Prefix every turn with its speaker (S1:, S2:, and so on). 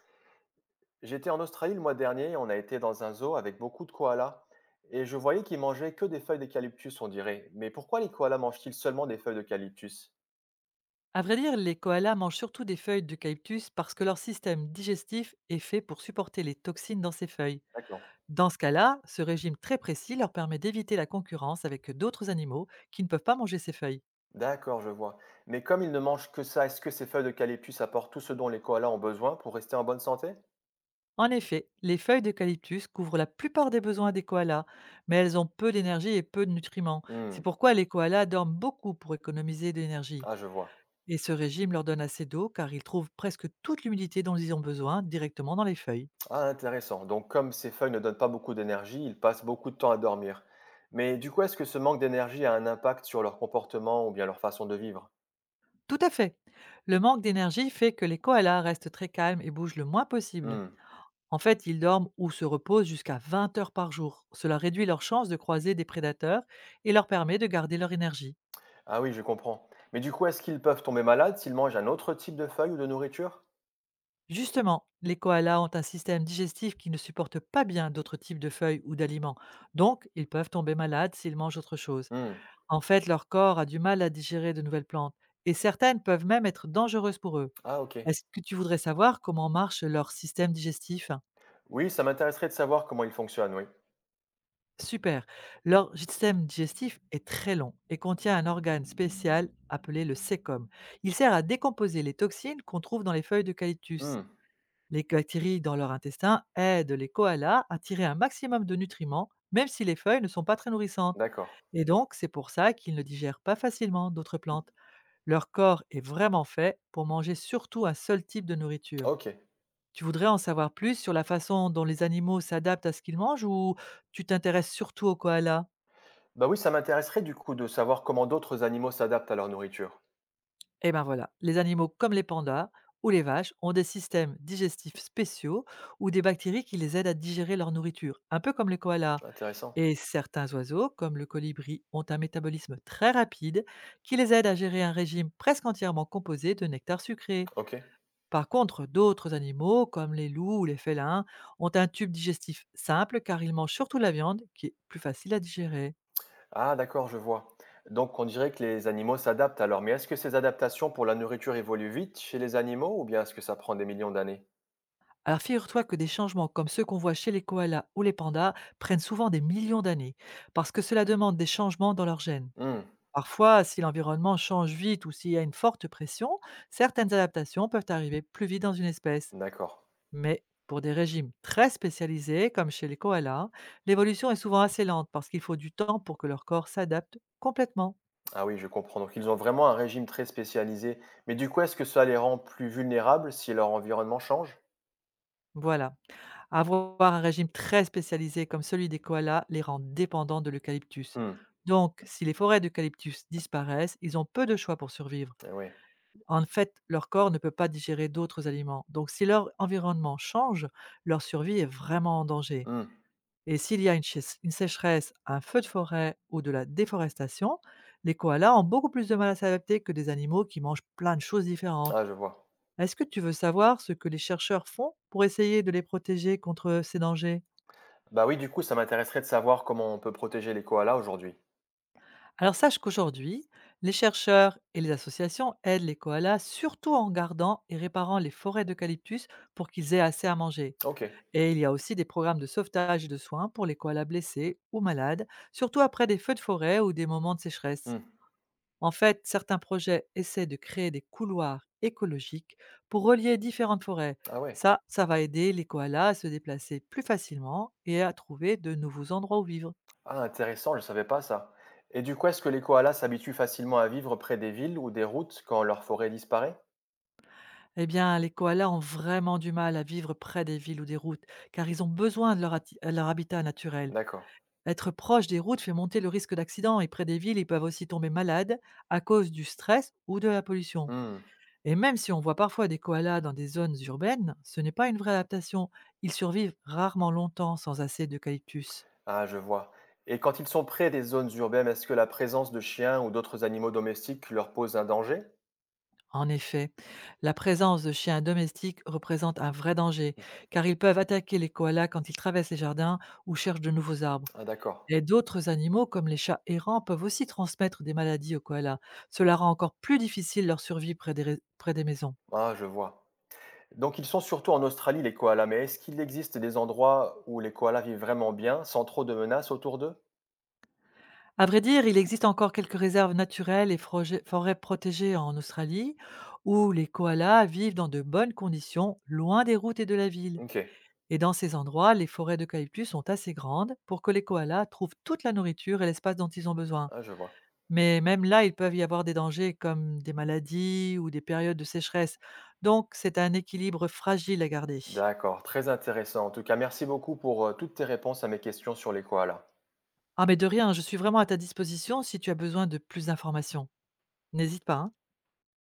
S1: J'étais en Australie le mois dernier, on a été dans un zoo avec beaucoup de koalas, et je voyais qu'ils mangeaient que des feuilles d'eucalyptus, on dirait. Mais pourquoi les koalas mangent-ils seulement des feuilles d'eucalyptus?
S2: À vrai dire, les koalas mangent surtout des feuilles d'eucalyptus parce que leur système digestif est fait pour supporter les toxines dans ces feuilles.
S1: D'accord.
S2: Dans ce cas-là, ce régime très précis leur permet d'éviter la concurrence avec d'autres animaux qui ne peuvent pas manger ces feuilles.
S1: D'accord, je vois. Mais comme ils ne mangent que ça, est-ce que ces feuilles d'eucalyptus apportent tout ce dont les koalas ont besoin pour rester en bonne santé?
S2: En effet, les feuilles d'eucalyptus couvrent la plupart des besoins des koalas, mais elles ont peu d'énergie et peu de nutriments. C'est
S1: Hmm.
S2: pourquoi les koalas dorment beaucoup pour économiser de l'énergie.
S1: Ah, je vois.
S2: Et ce régime leur donne assez d'eau car ils trouvent presque toute l'humidité dont ils ont besoin directement dans les feuilles.
S1: Ah, intéressant. Donc, comme ces feuilles ne donnent pas beaucoup d'énergie, ils passent beaucoup de temps à dormir. Mais du coup, est-ce que ce manque d'énergie a un impact sur leur comportement ou bien leur façon de vivre?
S2: Tout à fait. Le manque d'énergie fait que les koalas restent très calmes et bougent le moins possible.
S1: Hmm.
S2: En fait, ils dorment ou se reposent jusqu'à 20 heures par jour. Cela réduit leurs chances de croiser des prédateurs et leur permet de garder leur énergie.
S1: Ah oui, je comprends. Mais du coup, est-ce qu'ils peuvent tomber malades s'ils mangent un autre type de feuilles ou de nourriture?
S2: Justement, les koalas ont un système digestif qui ne supporte pas bien d'autres types de feuilles ou d'aliments, donc ils peuvent tomber malades s'ils mangent autre chose.
S1: Hmm.
S2: En fait, leur corps a du mal à digérer de nouvelles plantes, et certaines peuvent même être dangereuses pour eux.
S1: Ah ok.
S2: Est-ce que tu voudrais savoir comment marche leur système digestif?
S1: Oui, ça m'intéresserait de savoir comment ils fonctionnent, oui.
S2: Super. Leur système digestif est très long et contient un organe spécial appelé le sécom. Il sert à décomposer les toxines qu'on trouve dans les feuilles d'eucalyptus.
S1: Hmm.
S2: Les bactéries dans leur intestin aident les koalas à tirer un maximum de nutriments, même si les feuilles ne sont pas très nourrissantes.
S1: D'accord.
S2: Et donc, c'est pour ça qu'ils ne digèrent pas facilement d'autres plantes. Leur corps est vraiment fait pour manger surtout un seul type de nourriture.
S1: Ok.
S2: Tu voudrais en savoir plus sur la façon dont les animaux s'adaptent à ce qu'ils mangent, ou tu t'intéresses surtout aux koalas?
S1: Bah oui, ça m'intéresserait du coup de savoir comment d'autres animaux s'adaptent à leur nourriture.
S2: Et ben voilà, les animaux comme les pandas ou les vaches ont des systèmes digestifs spéciaux ou des bactéries qui les aident à digérer leur nourriture, un peu comme les koalas.
S1: Intéressant.
S2: Et certains oiseaux, comme le colibri, ont un métabolisme très rapide qui les aide à gérer un régime presque entièrement composé de nectar sucré.
S1: Ok.
S2: Par contre, d'autres animaux, comme les loups ou les félins, ont un tube digestif simple car ils mangent surtout la viande qui est plus facile à digérer.
S1: Ah d'accord, je vois. Donc on dirait que les animaux s'adaptent alors, mais est-ce que ces adaptations pour la nourriture évoluent vite chez les animaux ou bien est-ce que ça prend des millions d'années?
S2: Alors figure-toi que des changements comme ceux qu'on voit chez les koalas ou les pandas prennent souvent des millions d'années, parce que cela demande des changements dans leurs gènes.
S1: Hmm.
S2: Parfois, si l'environnement change vite ou s'il y a une forte pression, certaines adaptations peuvent arriver plus vite dans une espèce.
S1: D'accord.
S2: Mais pour des régimes très spécialisés, comme chez les koalas, l'évolution est souvent assez lente parce qu'il faut du temps pour que leur corps s'adapte complètement.
S1: Ah oui, je comprends. Donc ils ont vraiment un régime très spécialisé. Mais du coup, est-ce que ça les rend plus vulnérables si leur environnement change?
S2: Voilà. Avoir un régime très spécialisé comme celui des koalas les rend dépendants de l'eucalyptus.
S1: Hmm,
S2: Donc, si les forêts d'eucalyptus disparaissent, ils ont peu de choix pour survivre.
S1: eh oui.
S2: En fait, leur corps ne peut pas digérer d'autres aliments. Donc, si leur environnement change, leur survie est vraiment en danger.
S1: Hmm.
S2: Et s'il y a une sécheresse, un feu de forêt ou de la déforestation, les koalas ont beaucoup plus de mal à s'adapter que des animaux qui mangent plein de choses différentes.
S1: Ah, je vois.
S2: Est-ce que tu veux savoir ce que les chercheurs font pour essayer de les protéger contre ces dangers?
S1: Bah oui, du coup, ça m'intéresserait de savoir comment on peut protéger les koalas aujourd'hui.
S2: Alors sache qu'aujourd'hui, les chercheurs et les associations aident les koalas surtout en gardant et réparant les forêts d'eucalyptus pour qu'ils aient assez à manger.
S1: Ok.
S2: Et il y a aussi des programmes de sauvetage et de soins pour les koalas blessés ou malades, surtout après des feux de forêt ou des moments de sécheresse.
S1: Hmm.
S2: En fait, certains projets essaient de créer des couloirs écologiques pour relier différentes forêts.
S1: Ah ouais.
S2: Ça va aider les koalas à se déplacer plus facilement et à trouver de nouveaux endroits où vivre.
S1: Ah, intéressant, je ne savais pas ça. Et du coup, est-ce que les koalas s'habituent facilement à vivre près des villes ou des routes quand leur forêt disparaît?
S2: Eh bien, les koalas ont vraiment du mal à vivre près des villes ou des routes, car ils ont besoin de leur habitat naturel.
S1: D'accord.
S2: Être proche des routes fait monter le risque d'accident, et près des villes, ils peuvent aussi tomber malades à cause du stress ou de la pollution.
S1: Hmm.
S2: Et même si on voit parfois des koalas dans des zones urbaines, ce n'est pas une vraie adaptation. Ils survivent rarement longtemps sans assez d'eucalyptus.
S1: Ah, je vois. Et quand ils sont près des zones urbaines, est-ce que la présence de chiens ou d'autres animaux domestiques leur pose un danger?
S2: En effet, la présence de chiens domestiques représente un vrai danger, car ils peuvent attaquer les koalas quand ils traversent les jardins ou cherchent de nouveaux arbres.
S1: Ah, d'accord.
S2: Et d'autres animaux, comme les chats errants, peuvent aussi transmettre des maladies aux koalas. Cela rend encore plus difficile leur survie près des maisons.
S1: Ah, je vois. Donc ils sont surtout en Australie, les koalas, mais est-ce qu'il existe des endroits où les koalas vivent vraiment bien, sans trop de menaces autour d'eux?
S2: À vrai dire, il existe encore quelques réserves naturelles et forêts protégées en Australie, où les koalas vivent dans de bonnes conditions, loin des routes et de la ville.
S1: Ok,
S2: Et dans ces endroits, les forêts d'eucalyptus sont assez grandes pour que les koalas trouvent toute la nourriture et l'espace dont ils ont besoin.
S1: ah, je vois.
S2: Mais même là, il peuvent y avoir des dangers comme des maladies ou des périodes de sécheresse. Donc, c'est un équilibre fragile à garder.
S1: D'accord, très intéressant. En tout cas, merci beaucoup pour toutes tes réponses à mes questions sur les koalas.
S2: Ah, mais de rien, je suis vraiment à ta disposition si tu as besoin de plus d'informations. N'hésite pas, hein.